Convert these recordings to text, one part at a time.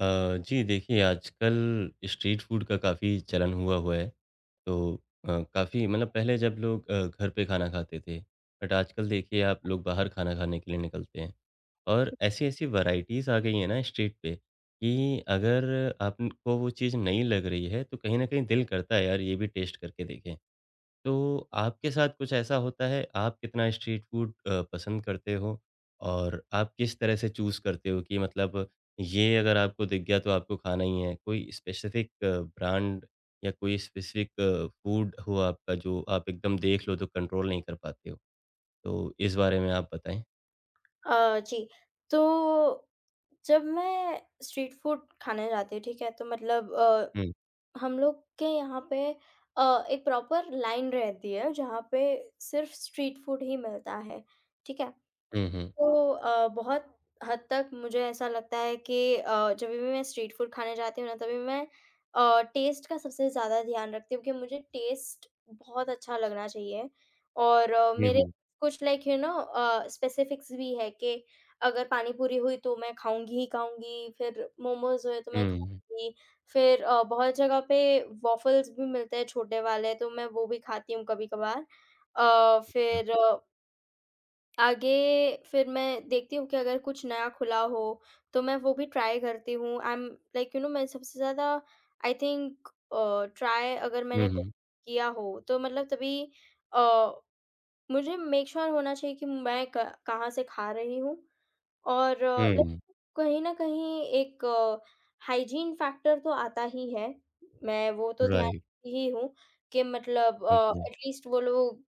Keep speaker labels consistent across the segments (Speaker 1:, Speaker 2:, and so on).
Speaker 1: जी देखिए, आजकल street food का काफ़ी चलन हुआ हुआ है। तो काफ़ी मतलब पहले जब लोग घर पे खाना खाते थे, बट आजकल देखिए आप लोग बाहर खाना खाने के लिए निकलते हैं। और ऐसी-ऐसी वैराइटीज़ आ गई हैं ना स्ट्रीट पे कि अगर आपन को वो चीज़ नई लग रही है, तो कहीं न कहीं दिल करता है यार ये भी टेस्ट करके देखें। तो आपके साथ कुछ ऐसा होता है, आप कितना स्ट्रीट फूड पसंद करते हो? और आप किस तरह से चूज़ करते हो कि मतलब ये अगर आपको दिख गया तो आपको खाना ही है? कोई स्पेसिफ़िक ब्रांड या कोई स्पेसिफ़िक फूड हो आपका जो आप एकदम देख लो तो कंट्रोल नहीं कर पाते हो? तो इस बारे में आप बताएँ।
Speaker 2: जी। तो जब मैं स्ट्रीट फूड खाने जाती हूँ, ठीक है? तो मतलब
Speaker 1: हुँ,
Speaker 2: अ, हम लोग के यहाँ पे एक प्रॉपर लाइन रहती है, जहाँ पे सिर्फ़ स्ट्रीट फूड ही मिलता है, ठीक है?
Speaker 1: हुँ, हुँ।
Speaker 2: तो बहुत हद तक मुझे ऐसा लगता है कि जब भी मैं स्ट्रीट फूड खाने जाती हूँ ना तभी मैं टेस्ट का सबसे ज़्यादा ध्यान रखती हूँ कि मुझे टेस्ट बहुत अच्छा लगना चाहिए। और
Speaker 1: हुँ,
Speaker 2: मेरे
Speaker 1: हुँ।
Speaker 2: कुछ लाइक यू नो स्पेसिफिक्स भी है कि अगर पानी पूरी हुई तो मैं खाऊंगी ही खाऊंगी। फिर मोमोज हुए तो मैं
Speaker 1: हुँ,
Speaker 2: खाऊंगी। फिर बहुत जगह पे वॉफल्स भी मिलते हैं छोटे वाले, तो मैं वो भी खाती हूँ कभी कभार। फिर आगे फिर मैं देखती हूँ कि अगर कुछ नया खुला हो, तो मैं वो भी ट्राई करती हूँ। I am like you know मैं सबसे ज़्यादा, आई थिंक, ट्राई, अगर
Speaker 1: हुँ,
Speaker 2: मैंने कुछ
Speaker 1: हुँ,
Speaker 2: किया हो, तो मतलब तभी अ, मुझे मेक श्योर होना चाहिए कि मैं क कहाँ से खा रही हूँ। और लाइक
Speaker 1: हुँ।
Speaker 2: कहीं न कहीं एक हाइजीन फैक्टर तो आता ही है। मैं वो तो ध्यान
Speaker 1: राइट,
Speaker 2: रखती ही हूँ कि मतलब
Speaker 1: ओके।
Speaker 2: एट लीस्ट वो लोग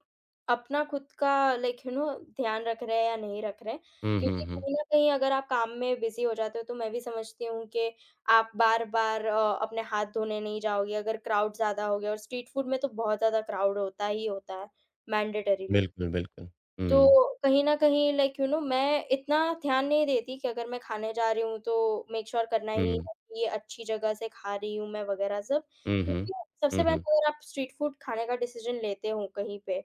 Speaker 2: अपना खुद का लाइक यू नो ध्यान रख रहे हैं या नहीं रख रहे हैं।
Speaker 1: हुँ, हुँ,
Speaker 2: क्योंकि
Speaker 1: हुँ।
Speaker 2: कहीं न कहीं अगर आप काम में बिज़ी हो जाते हो, तो मैं भी समझती हूँ कि आप बार-बार अपने हाथ धोने नहीं जाओगे अगर क्राउड ज़्यादा हो गया, और स्ट्रीट फूड में तो बहुत ज़्यादा क्राउड होता ही होता है मैंडेटरीली।
Speaker 1: बिल्कुल, बिल्कुल। हुँ,
Speaker 2: तो कहीं न कहीं लाइक यू नो मैं इतना ध्यान नहीं देती कि अगर मैं खाने जा रही हूँ तो मेक श्योर करना ही
Speaker 1: हुँ।
Speaker 2: है कि ये अच्छी जगह से खा रही हूँ मैं वगैरह सब।
Speaker 1: हुँ, हुँ।
Speaker 2: क्योंकि सबसे
Speaker 1: हुँ,
Speaker 2: पहले
Speaker 1: हुँ।
Speaker 2: अगर आप स्ट्रीट फूड खाने का डिसीज़न लेते हो कहीं पे,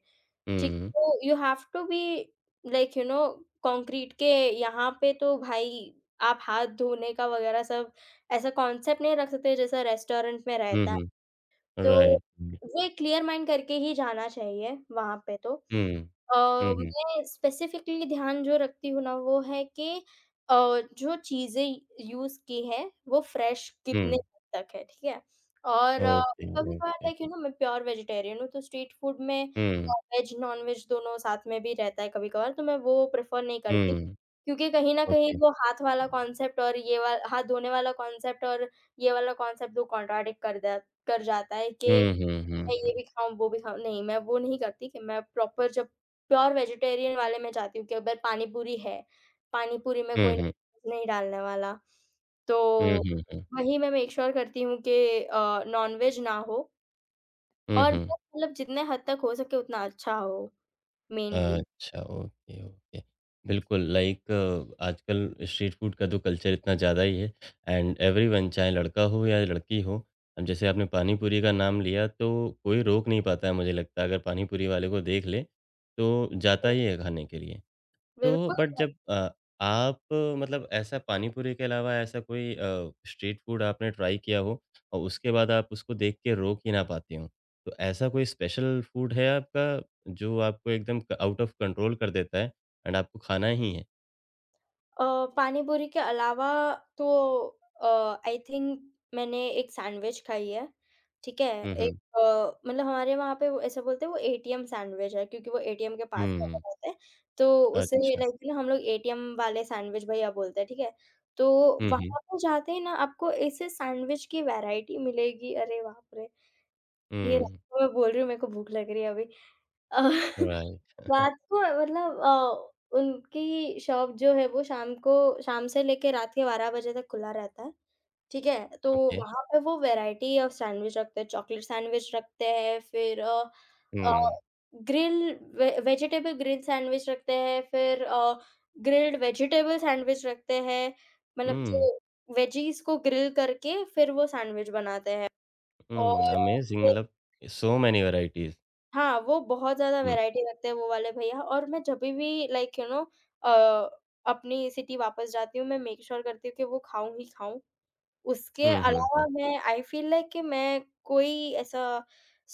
Speaker 2: ठीक
Speaker 1: हुँ,
Speaker 2: है,
Speaker 1: हुँ।
Speaker 2: तो you have to be like you know concrete. के यहाँ पे तो भाई आप हाथ धोने का वगैरह सब ऐसा कॉन्सेप्ट नहीं रख सकते जैसा रेस्टोरेंट में
Speaker 1: हुँ,
Speaker 2: रहता है।
Speaker 1: हुँ।
Speaker 2: तो
Speaker 1: राइट,
Speaker 2: वो एक क्लियर माइंड करके ही जाना चाहिए वहाँ पे तो। अ,
Speaker 1: हुँ, हुँ, हुँ,
Speaker 2: मैं स्पेसिफिकली ध्यान जो रखती हूँ ना वो है कि अ, जो चीज़ें यूज़ की हैं वो फ्रेश
Speaker 1: हुँ।
Speaker 2: कितने हद तक है, ठीक है? और
Speaker 1: ओके,
Speaker 2: कभी-कभार
Speaker 1: ओके।
Speaker 2: लाइक यू नो मैं प्योर वेजिटेरियन हूँ, तो स्ट्रीट फूड में
Speaker 1: हुँ,
Speaker 2: वेज नॉन-वेज दोनों साथ में भी रहता है कभी-कभार, तो मैं वो प्रेफ़र नहीं करती।
Speaker 1: हुँ।
Speaker 2: क्योंकि कहीं न कहीं
Speaker 1: ओके।
Speaker 2: वो हाथ वाला कॉन्सेप्ट और ये वा हाथ धोने वाला कॉन्सेप्ट और ये वाला कॉन्सेप्ट, वो कॉन्ट्राडिक्ट कर द कर जाता है कि
Speaker 1: हुँ, हुँ, हुँ,
Speaker 2: मैं ये
Speaker 1: हुँ।
Speaker 2: भी खाऊँ, वो भी खाऊँ। नहीं, मैं वो नहीं करती कि मैं प्रॉपर, जब प्योर वेजिटेरियन वाले में जाती हूँ कि अगर पानी पूरी है, पानी पूरी में
Speaker 1: हुँ,
Speaker 2: कोई
Speaker 1: हुँ।
Speaker 2: नहीं डालने वाला,
Speaker 1: हुँ,
Speaker 2: तो
Speaker 1: हुँ, हुँ।
Speaker 2: वही मैं मेक श्योर करती हूँ कि नॉनवेज ना हो
Speaker 1: हुँ,
Speaker 2: और
Speaker 1: हुँ।
Speaker 2: बस मतलब जितने हद तक हो सके उतना अच्छा हो मेनली।
Speaker 1: अच्छा, ओके, ओके। बिल्कुल लाइक आजकल स्ट्रीट फूड का तो कल्चर इतना ज़्यादा ही है एंड एवरीवन चाहे लड़का हो या लड़की हो, अब जैसे आपने पानी पूरी का नाम लिया तो कोई रोक नहीं पाता है मुझे लगता है अगर पानी पूरी वाले को देख ले, तो जाता ही है खाने के लिए। तो
Speaker 2: बिल्कुल।
Speaker 1: बट जब आप मतलब ऐसा पानी पूरी के अलावा ऐसा कोई स्ट्रीट फूड आपने ट्राई किया हो और उसके बाद आप उसको देख के रोक ही ना पाते हो। तो ऐसा कोई स्पेशल फूड है आपका, जो आपको एकदम क आउट ऑफ कंट्रोल कर देता है एंड आपको खाना ही है?
Speaker 2: अ, पानी-पूरी के अलावा तो अ, आई थिंक मैंने एक सैंडविच खाई है, ठीक है?
Speaker 1: हुँ,
Speaker 2: एक
Speaker 1: हुँ।
Speaker 2: मतलब हमारे वहाँ पे वो ऐसा बोलते हैं, वो एटीएम सैंडविच है क्योंकि वो एटीएम के पास का
Speaker 1: हुँ,
Speaker 2: बनाते हैं, तो उसे
Speaker 1: अच्छा।
Speaker 2: लाइक ना हम लोग एटीएम वाले सैंडविच भैया बोलते हैं, ठीक है? तो
Speaker 1: हुँ, हुँ।
Speaker 2: वहाँ पे जाते ही ना आपको ऐसे सैंडविच की वैरायटी मिलेगी, अरे बाप रे! ये रात
Speaker 1: हुँ,
Speaker 2: को मैं बोल रही हूँ, मेरे को भूख लग रही है अभी। अ,
Speaker 1: राइट,
Speaker 2: रात को मतलब उनकी शॉप जो है वो शाम से लेके रात के 12 बजे तक खुला रहता है, ठीक है? तो
Speaker 1: ओके।
Speaker 2: वहाँ पे वो वैरायटी ऑफ सैंडविच रखते हैं, चॉकलेट सैंडविच रखते हैं, फिर अ,
Speaker 1: हुँ,
Speaker 2: ग्रिल वे वेजिटेबल ग्रिल सैंडविच रखते हैं, फिर ग्रिल्ड वेजिटेबल सैंडविच रखते हैं, मतलब
Speaker 1: हुँ,
Speaker 2: जो वेजीज़ को ग्रिल करके फिर वो सैंडविच बनाते हैं।
Speaker 1: हुँ,
Speaker 2: और
Speaker 1: अमेज़िंग
Speaker 2: फिर
Speaker 1: मतलब सो मेनी वैराइटीज़।
Speaker 2: हाँ, वो बहुत ज़्यादा
Speaker 1: हुँ,
Speaker 2: वैराइटी रखते हैं वो वाले भैया, और मैं जभी भी लाइक यू नो अ, अपनी सिटी वापस जाती हूँ, मैं मेक श्योर करती हूँ कि वो खाऊँ ही खाऊँ। उसके
Speaker 1: हुँ, हुँ, हुँ,
Speaker 2: अलावा मैं आई फ़ील लाइक कि मैं कोई ऐसा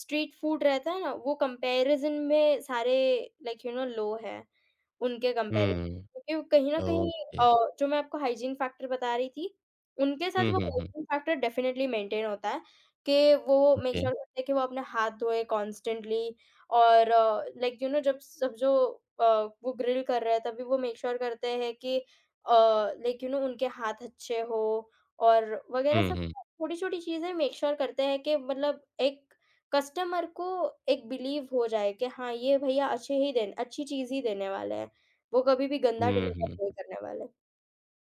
Speaker 2: स्ट्रीट फूड रहता है ना, वो कंपैरिज़न में सारे लाइक यू नो लो है, उनके कंपैरिज़न।
Speaker 1: हुँ,
Speaker 2: क्योंकि वो कहीं न कहीं,
Speaker 1: ओके।
Speaker 2: जो मैं आपको हाइजीन फैक्टर बता रही थी, उनके साथ
Speaker 1: हुँ,
Speaker 2: वो
Speaker 1: hmm, hmm,
Speaker 2: hygiene factor definitely maintain होता है कि वो मेक
Speaker 1: ओके।
Speaker 2: श्योर करते हैं कि वो अपने हाथ धोए कॉन्स्टेंटली। और लाइक यू नो जब सब, जो अ, वो ग्रिल कर रहे हैं तभी वो मेक श्योर करते हैं कि लाइक यू नो उनके हाथ अच्छे हो, और वगैरह
Speaker 1: हुँ,
Speaker 2: सब
Speaker 1: हुँ।
Speaker 2: छोटी-छोटी चीज़ें मेक श्योर करते हैं कि मतलब एक कस्टमर को एक बिलीव हो जाए कि हाँ, ये भैया अच्छे ही, देन अच्छी चीज़ ही देने वाले हैं। वो कभी भी गंदा
Speaker 1: हुँ,
Speaker 2: डिलीवर
Speaker 1: हुँ।
Speaker 2: नहीं करने वाले।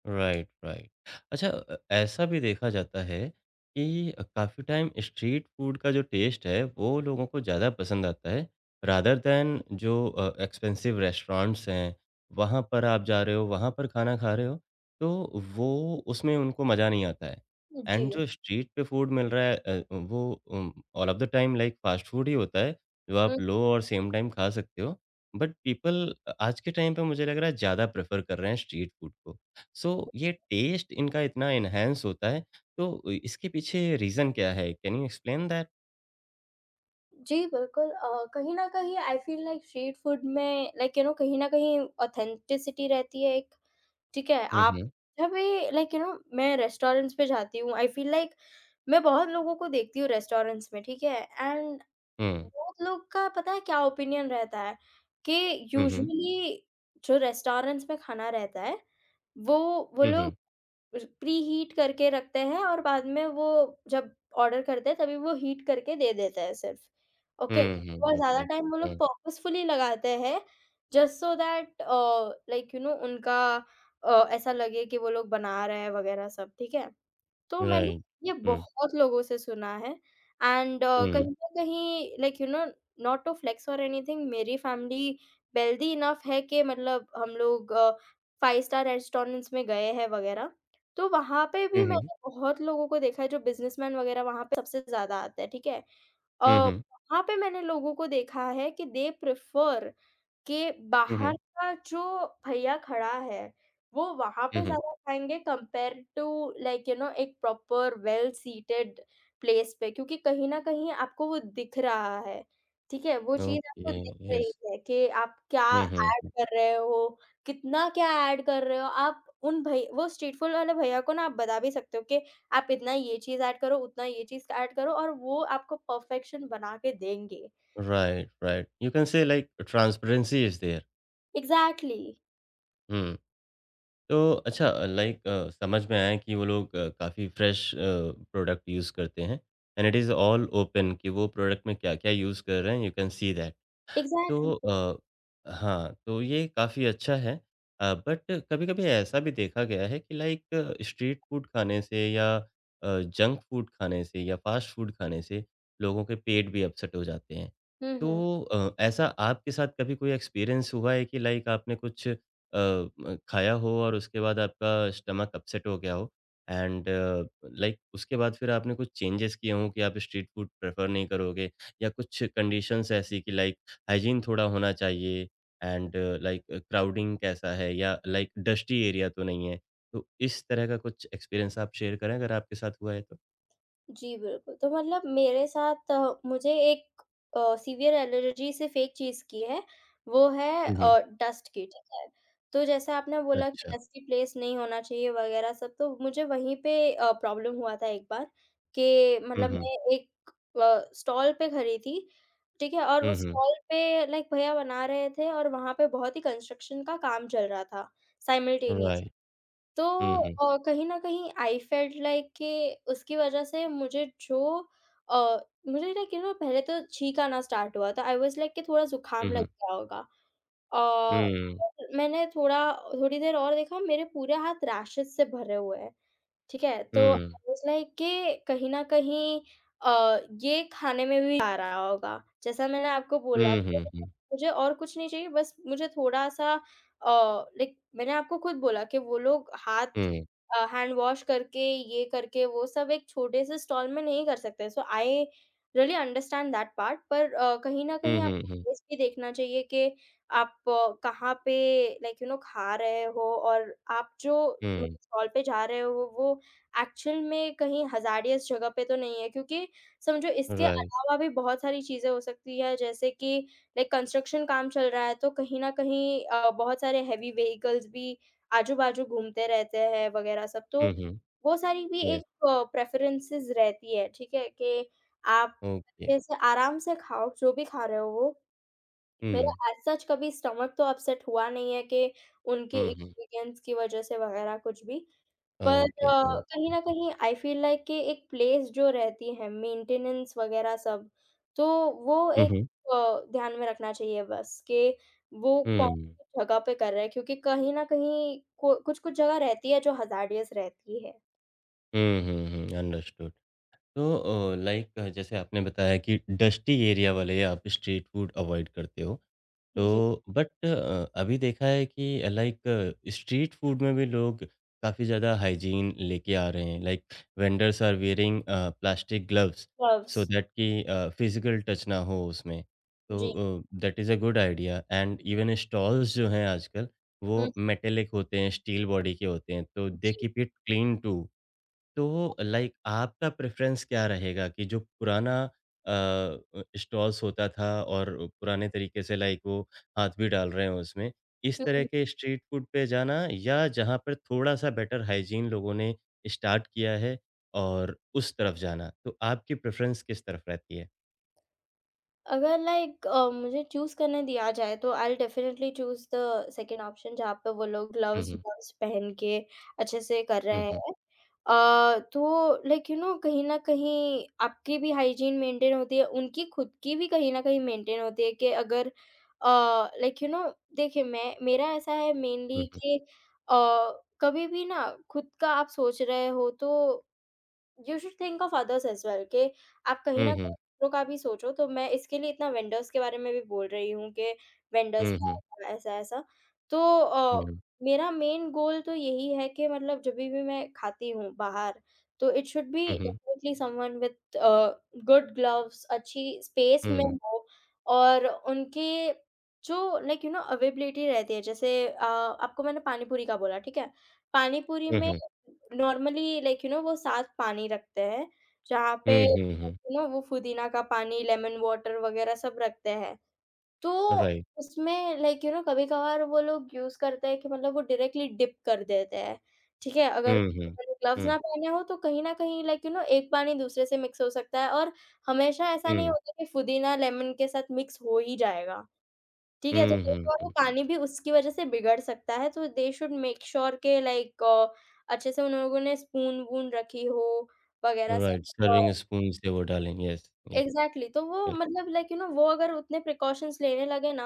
Speaker 1: Right, right. अच्छा ऐसा भी देखा जाता है कि काफ़ी टाइम स्ट्रीट फूड का जो टेस्ट है, वो लोगों को ज़्यादा पसंद आता है, रादर दैन जो एक्सपेंसिव रेस्टोरेंट्स हैं, वहाँ पर आप जा रहे हो, वहाँ पर खाना खा रहे हो, तो वो उसमें उनको मज़ा नहीं आता है। एंड
Speaker 2: जी।
Speaker 1: जो स्ट्रीट पे फूड मिल रहा है वो all of the time like fast food ही होता है, जो
Speaker 2: हुँ।
Speaker 1: आप लो और सेम टाइम खा सकते हो। बट पीपल आज के टाइम पे मुझे लग रहा है ज़्यादा प्रेफ़र कर रहे हैं स्ट्रीट फूड को। सो ये टेस्ट इनका इतना एनहांस होता है, तो इसके पीछे रीज़न क्या है? Can you explain that?
Speaker 2: जी, बिल्कुल, कहीं न कहीं I feel like street food में लाइक यू नो कहीं न कहीं ऑथेंटिसिटी रहती है एक, ठीक है?
Speaker 1: हुँ,
Speaker 2: आप,
Speaker 1: हुँ।
Speaker 2: जब भी लाइक यू नो मैं रेस्टोरेंट्स पे जाती हूँ, आई फ़ील लाइक मैं बहुत लोगों को देखती हूँ रेस्टोरेंट्स में, ठीक है? एंड
Speaker 1: हुँ।
Speaker 2: बहुत लोग का पता है क्या ओपिनियन रहता है कि
Speaker 1: हुँ, हुँ।
Speaker 2: यूजुअली जो रेस्टोरेंट्स में खाना रहता है, वो वो
Speaker 1: हुँ,
Speaker 2: लोग
Speaker 1: हुँ।
Speaker 2: प्रीहीट करके रखते हैं और बाद में वो जब ऑर्डर करते हैं तभी वो हीट करके दे देते हैं सिर्फ। ओके।
Speaker 1: हुँ,
Speaker 2: और
Speaker 1: हुँ।
Speaker 2: ज़्यादा
Speaker 1: ओके।
Speaker 2: टाइम वो लोग
Speaker 1: हुँ,
Speaker 2: पर्पसफुली लगाते हैं just so that like you know उनका ऐसा लगे कि वो लोग बना रहे हैं वगैरह सब, ठीक है? तो मैंने
Speaker 1: राइट।
Speaker 2: ये
Speaker 1: हुँ,
Speaker 2: बहुत लोगों से सुना है, एंड
Speaker 1: हुँ।
Speaker 2: कहीं न कहीं like you know not to flex और एनीथिंग, मेरी फैमिली वेल्दी इनफ है कि मतलब हम लोग 5 स्टार रेस्टोरेंट्स में गए हैं वगैरह, तो वहाँ पे भी
Speaker 1: हुँ, हुँ।
Speaker 2: मैंने बहुत लोगों को देखा है, जो बिज़नेसमैन वगैरह वहाँ पे सबसे ज़्यादा आता है, ठीक है?
Speaker 1: हुँ,
Speaker 2: अ,
Speaker 1: हुँ।
Speaker 2: वहाँ पे मैंने लोगों को देखा है कि दे प्रेफर के
Speaker 1: हुँ,
Speaker 2: बाहर
Speaker 1: हुँ।
Speaker 2: का जो भैया खड़ा है, वो वहाँ
Speaker 1: हुँ,
Speaker 2: पे
Speaker 1: हुँ।
Speaker 2: ज़्यादा खाएँगे compare to like you know एक प्रॉपर वेल सीटेड प्लेस पे, क्योंकि कहीं न कहीं आपको वो दिख रहा है, ठीक है? वो चीज़ आपको
Speaker 1: ओके,
Speaker 2: दिख रही
Speaker 1: यस।
Speaker 2: है कि आप क्या
Speaker 1: हुँ,
Speaker 2: ऐड
Speaker 1: हुँ।
Speaker 2: कर रहे हो, कितना क्या ऐड कर रहे हो, आप उन भई वो स्ट्रीट फूड वाले भैया को ना आप बता भी सकते हो कि आप इतना ये चीज़ ऐड करो, उतना ये चीज़ ऐड करो, और वो आपको परफ़ेक्शन बना के देंगे।
Speaker 1: Right, right. You can say like transparency is there.
Speaker 2: Exactly,
Speaker 1: हुँ। तो अच्छा लाइक समझ में आया कि वो लोग काफ़ी फ्रेश प्रोडक्ट यूज़ करते हैं and it is all open कि वो प्रोडक्ट में क्या-क्या यूज़ कर रहे हैं, you can see that.
Speaker 2: Exactly.
Speaker 1: तो हाँ, तो ये काफ़ी अच्छा है बट कभी-कभी ऐसा भी देखा गया है कि लाइक स्ट्रीट फूड खाने से या जंक फूड खाने से या फास्ट फूड खाने से लोगों के पेट भी अपसेट हो जाते हैं।
Speaker 2: हुँ,
Speaker 1: तो
Speaker 2: हुँ।
Speaker 1: ऐसा आपके साथ कभी कोई एक्सपीरियंस हुआ है कि लाइक आपने कुछ म खाया हो और उसके बाद आपका स्टमक अपसेट हो गया हो एंड लाइक उसके बाद फिर आपने कुछ चेंजेस किए हों कि आप स्ट्रीट फूड प्रेफ़र नहीं करोगे या कुछ कंडीशंस ऐसी कि लाइक हाइजीन थोड़ा होना चाहिए एंड लाइक क्राउडिंग कैसा है या लाइक डस्टी एरिया तो नहीं है? तो इस तरह का कुछ एक्सपीरियंस आप शेयर करें अगर आपके साथ हुआ है तो?
Speaker 2: जी, बिल्कुल। तो मतलब मेरे साथ मुझे एक सीवियर एलर्जी सिर्फ़ एक चीज़ की है, वो है
Speaker 1: हुँ, हुँ।
Speaker 2: डस्ट की, ठीक है? तो जैसे आपने बोला कि
Speaker 1: अच्छा।
Speaker 2: डस्टी प्लेस नहीं होना चाहिए वगैरह सब, तो मुझे वहीं पे प्रॉब्लम हुआ था एक बार कि
Speaker 1: हुँ,
Speaker 2: मतलब
Speaker 1: हुँ।
Speaker 2: मैं एक स्टॉल पे खड़ी थी, ठीक है? और
Speaker 1: हुँ,
Speaker 2: उस
Speaker 1: हुँ।
Speaker 2: स्टॉल पे लाइक भैया बना रहे थे और वहाँ पे बहुत ही कंस्ट्रक्शन का काम चल रहा था, साइमल्टेनियस।
Speaker 1: राइट।
Speaker 2: तो
Speaker 1: हुँ, हुँ।
Speaker 2: कहीं न कहीं आई फेल्ट लाइक कि उसकी वज़ह से मुझे जो, अ, मुझे लाइक यू नो पहले तो छींक आना स्टार्ट हुआ था। आई वाज़ लाइक कि थोड़ा ज़ुकाम
Speaker 1: हुँ,
Speaker 2: लग
Speaker 1: हुँ।
Speaker 2: गया होगा। अ,
Speaker 1: हुँ,
Speaker 2: मैंने थोड़ा थोड़ी देर और देखा, मेरे पूरे हाथ रैशेज़ से भरे हुए हैं। ठीक है, तो
Speaker 1: हुँ।
Speaker 2: आई वाज़ लाइक कि कहीं न कहीं अ, ये खाने में भी आ रहा होगा। जैसा मैंने आपको बोला
Speaker 1: हुँ,
Speaker 2: कि
Speaker 1: हुँ, हुँ।
Speaker 2: मुझे और कुछ नहीं चाहिए, बस मुझे थोड़ा-सा लाइक, मैंने आपको खुद बोला कि वो लोग
Speaker 1: हुँ।
Speaker 2: हैंड वॉश करके, ये करके, वो सब एक छोटे से स्टॉल में नहीं कर सकते। So I really understand that part, पर कहीं न कहीं
Speaker 1: हुँ, हुँ,
Speaker 2: आपको
Speaker 1: हुँ।
Speaker 2: प्लेस भी देखना चाहिए कि आप कहाँ पे लाइक यू नो खा रहे हो, और आप जो
Speaker 1: हुँ।
Speaker 2: स्टॉल पे जा रहे हो, वो एक्चुअल में कहीं हज़ारियत जगह पे तो नहीं है, क्योंकि समझो इसके
Speaker 1: राइट।
Speaker 2: अलावा भी बहुत सारी चीज़ें हो सकती है, जैसे कि लाइक कंस्ट्रक्शन काम चल रहा है तो कहीं न कहीं बहुत सारे हेवी व्हीकल्स भी आजू-बाजू घूमते रहते हैं वग़ैरह सब। तो
Speaker 1: हुँ, हुँ।
Speaker 2: वो सारी भी एक
Speaker 1: यस।
Speaker 2: प्रेफ़रेंसेस रहती है, ठीक है? कि आप
Speaker 1: ओके।
Speaker 2: अच्छे से आराम से खाओ, जो भी खा रहे हो वो। मेरा
Speaker 1: हुँ।
Speaker 2: एज़ सच कभी स्टमक तो अपसेट हुआ नहीं है कि उनके
Speaker 1: हुँ, हुँ।
Speaker 2: इंग्रीडिएंट्स की वज़ह से वग़ैरह कुछ भी। पर
Speaker 1: ओके,
Speaker 2: अ, कहीं
Speaker 1: ओके।
Speaker 2: न कहीं आई फ़ील लाइक कि एक प्लेस जो रहती है मेंटेनेंस वग़ैरह सब, तो वो
Speaker 1: हुँ,
Speaker 2: एक
Speaker 1: हुँ।
Speaker 2: ध्यान में रखना चाहिए बस कि वो
Speaker 1: हुँ।
Speaker 2: कौन-सी जगह पे कर रहे हैं, क्योंकि कहीं न कहीं को कुछ-कुछ जगह रहती है जो हज़ार्डियस रहती है।
Speaker 1: हुँ, हुँ, हुँ। अंडरस्टूड। तो लाइक जैसे आपने बताया कि डस्टी एरिया वाले आप स्ट्रीट फूड अवॉइड करते हो।
Speaker 2: जी,
Speaker 1: तो बट अभी देखा है कि लाइक स्ट्रीट फूड में भी लोग काफ़ी ज़्यादा हाइजीन लेके आ रहे हैं। Like vendors are wearing plastic gloves
Speaker 2: clubs.
Speaker 1: So that कि फिज़िकल टच ना हो उसमें। तो
Speaker 2: जी,
Speaker 1: that is a good idea and even stalls जो हैं आजकल
Speaker 2: हुँ,
Speaker 1: वो मेटालिक होते हैं, स्टील बॉडी के होते हैं। तो दे
Speaker 2: जी,
Speaker 1: कीप इट क्लीन टू। तो लाइक आपका प्रेफ़रेंस क्या रहेगा कि जो पुराना स्टॉल्स होता था और पुराने तरीके से लाइक वो हाथ भी डाल रहे हैं उसमें, इस तरह
Speaker 2: हुँ।
Speaker 1: के स्ट्रीट फूड पे जाना या जहाँ पर थोड़ा-सा बेटर हाइजीन लोगों ने स्टार्ट किया है और उस तरफ जाना? तो आपकी प्रेफ़रेंस किस तरफ रहती है?
Speaker 2: अगर लाइक मुझे चूज़ करने दिया जाए तो I will definitely choose the second option, जहाँ पे वो लोग
Speaker 1: हुँ, हुँ।
Speaker 2: ग्लव्स-व्लव्स पहन के अच्छे से कर
Speaker 1: हुँ,
Speaker 2: रहे
Speaker 1: हुँ।
Speaker 2: हैं। तो लाइक यू नो कहीं न कहीं आपकी भी हाइजीन मेंटेन होती है, उनकी खुद की भी कहीं न कहीं मेंटेन होती है कि अगर अ, लाइक यू नो, देखिए, मैं, मेरा ऐसा है
Speaker 1: हुँ,
Speaker 2: मेनली
Speaker 1: हुँ।
Speaker 2: कि कभी भी ना खुद का आप सोच रहे हो, तो you should think of others as well कि आप कहीं न
Speaker 1: हुँ,
Speaker 2: कहीं दूसरों का भी सोचो, तो मैं इसके लिए इतना वेंडर्स के बारे में भी बोल रही हूँ कि वेंडर्स
Speaker 1: हुँ।
Speaker 2: का ऐसा-ऐसा। तो
Speaker 1: हुँ, हुँ।
Speaker 2: मेरा मेन गोल तो यही है कि मतलब जभी भी मैं खाती हूँ बाहर, तो इट शुड बी
Speaker 1: हुँ, हुँ।
Speaker 2: Definitely someone with good gloves, अच्छी स्पेस
Speaker 1: हुँ,
Speaker 2: में
Speaker 1: हुँ।
Speaker 2: हो। और उनके जो लाइक यू नो अवेबिलिटी रहती है, जैसे आपको मैंने पानी पूरी का बोला, ठीक है? पानी पूरी
Speaker 1: हुँ,
Speaker 2: में
Speaker 1: हुँ।
Speaker 2: नॉर्मली लाइक यू नो वो साथ पानी रखते हैं, जहाँ पे
Speaker 1: हुँ, हुँ, हुँ।
Speaker 2: यू नो वो पुदीना का पानी, लेमन वाटर वग़ैरह सब रखते हैं। तो
Speaker 1: राइट।
Speaker 2: उसमें लाइक यू नो कभी-कभार वो लोग यूज़ करते हैं कि मतलब वो डायरेक्टली डिप कर देते हैं, ठीक है? अगर
Speaker 1: हुँ, हुँ।
Speaker 2: ग्लव्स ना
Speaker 1: हुँ।
Speaker 2: पहने हो तो कहीं न कहीं लाइक यू नो एक पानी दूसरे से मिक्स हो सकता है, और हमेशा ऐसा नहीं
Speaker 1: हुँ।
Speaker 2: होता कि पुदीना लेमन के साथ मिक्स हो ही जाएगा। ठीक है? तो
Speaker 1: हुँ,
Speaker 2: कई
Speaker 1: हुँ,
Speaker 2: बार वो
Speaker 1: हुँ।
Speaker 2: पानी भी उसकी वज़ह से बिगड़ सकता है, तो दे शुड मेक श्योर के लाइक अच्छे से उन लोगों ने स्पून-वून रखी हो वग़ैरह
Speaker 1: Right,
Speaker 2: सब। अ,
Speaker 1: serving spoons they were darling. Yes, yes,
Speaker 2: exactly, तो वो
Speaker 1: yes.
Speaker 2: मतलब लाइक यू नो वो अगर उतने प्रिकॉशंस लेने लगे ना,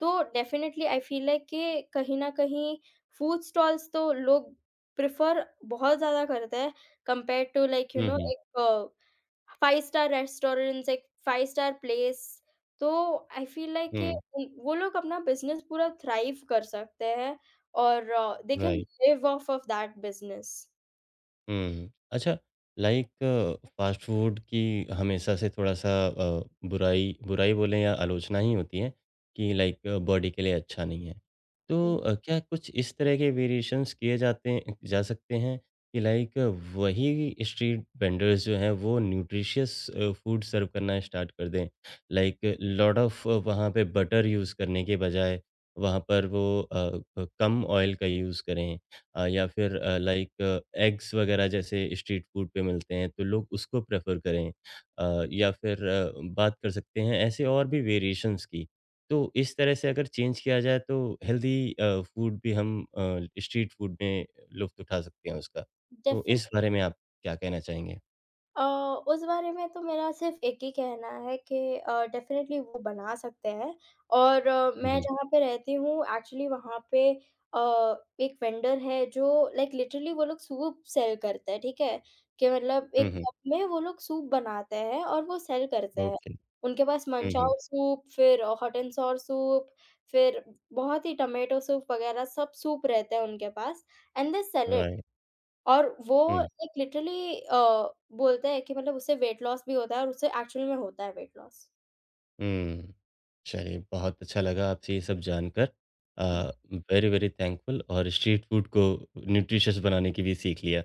Speaker 2: तो डेफ़िनेटली आई फ़ील लाइक कि कहीं न कहीं फूड स्टॉल्स तो लोग प्रेफ़र बहुत ज़्यादा करते हैं compare to like you know
Speaker 1: Mhm,
Speaker 2: एक 5 स्टार रेस्टोरेंट्स, एक 5 स्टार प्लेस, तो आई फ़ील लाइक कि
Speaker 1: mm,
Speaker 2: उन वो लोग अपना बिज़नेस पूरा थ्राइव कर सकते हैं, और they can
Speaker 1: right.
Speaker 2: Live off off that business.
Speaker 1: हुँ। अच्छा लाइक फ़ास्ट फ़ूड की हमेशा से थोड़ा-सा बुराई बुराई बोलें या आलोचना ही होती है कि लाइक बॉडी के लिए अच्छा नहीं है। तो क्या कुछ इस तरह के वेरिएशंस किए जाते हैं जा सकते हैं कि लाइक वही स्ट्रीट वेंडर्स जो हैं वो न्यूट्रिशियस फ़ूड सर्व करना स्टार्ट कर दें? लाइक लॉट ऑफ वहाँ पे बटर यूज़ करने के बजाय वहाँ पर वो क कम ऑयल का यूज़ करें या फिर लाइक एग्स वगैरह जैसे स्ट्रीट फूड पे मिलते हैं तो लोग उसको प्रेफ़र करें। या फिर बात कर सकते हैं ऐसे और भी वेरिएशंस की। तो इस तरह से अगर चेंज किया जाए तो हेल्दी फूड भी हम स्ट्रीट फूड में लुफ़्त उठा सकते हैं उसका। तो
Speaker 2: डेफिन
Speaker 1: इस बारे में आप क्या कहना चाहेंगे?
Speaker 2: अ, उस बारे में तो मेरा सिर्फ़ एक ही कहना है कि डेफ़िनेटली वो बना सकते हैं, और
Speaker 1: हुँ,
Speaker 2: मैं
Speaker 1: हुँ।
Speaker 2: जहाँ पे रहती हूँ एक्चुअली वहाँ पे एक वेंडर है जो लाइक लिटरली, वो लोग सूप सेल करते हैं, ठीक है? कि मतलब
Speaker 1: हुँ,
Speaker 2: एक
Speaker 1: हुँ।
Speaker 2: कप में वो लोग सूप बनाते हैं और वो सेल करते हैं।
Speaker 1: ओके।
Speaker 2: उनके पास
Speaker 1: हुँ, हुँ।
Speaker 2: मंचाओ सूप, फिर हॉट एंड सॉर सूप, फिर बहुत ही टोमेटो सूप वग़ैरह सब सूप रहते हैं उनके पास, and they sell it.
Speaker 1: Right.
Speaker 2: और वो
Speaker 1: हुँ,
Speaker 2: एक लिटरली बोलते हैं कि मतलब उससे वेट लॉस भी होता है, और उससे एक्चुअल में होता है वेट लॉस।
Speaker 1: हुँ। चलिए, बहुत अच्छा लगा आपसे ये सब जानकर। अ, वेरी, वेरी थैंकफुल और स्ट्रीट फूड को न्यूट्रिशियस बनाने की भी सीख लिया।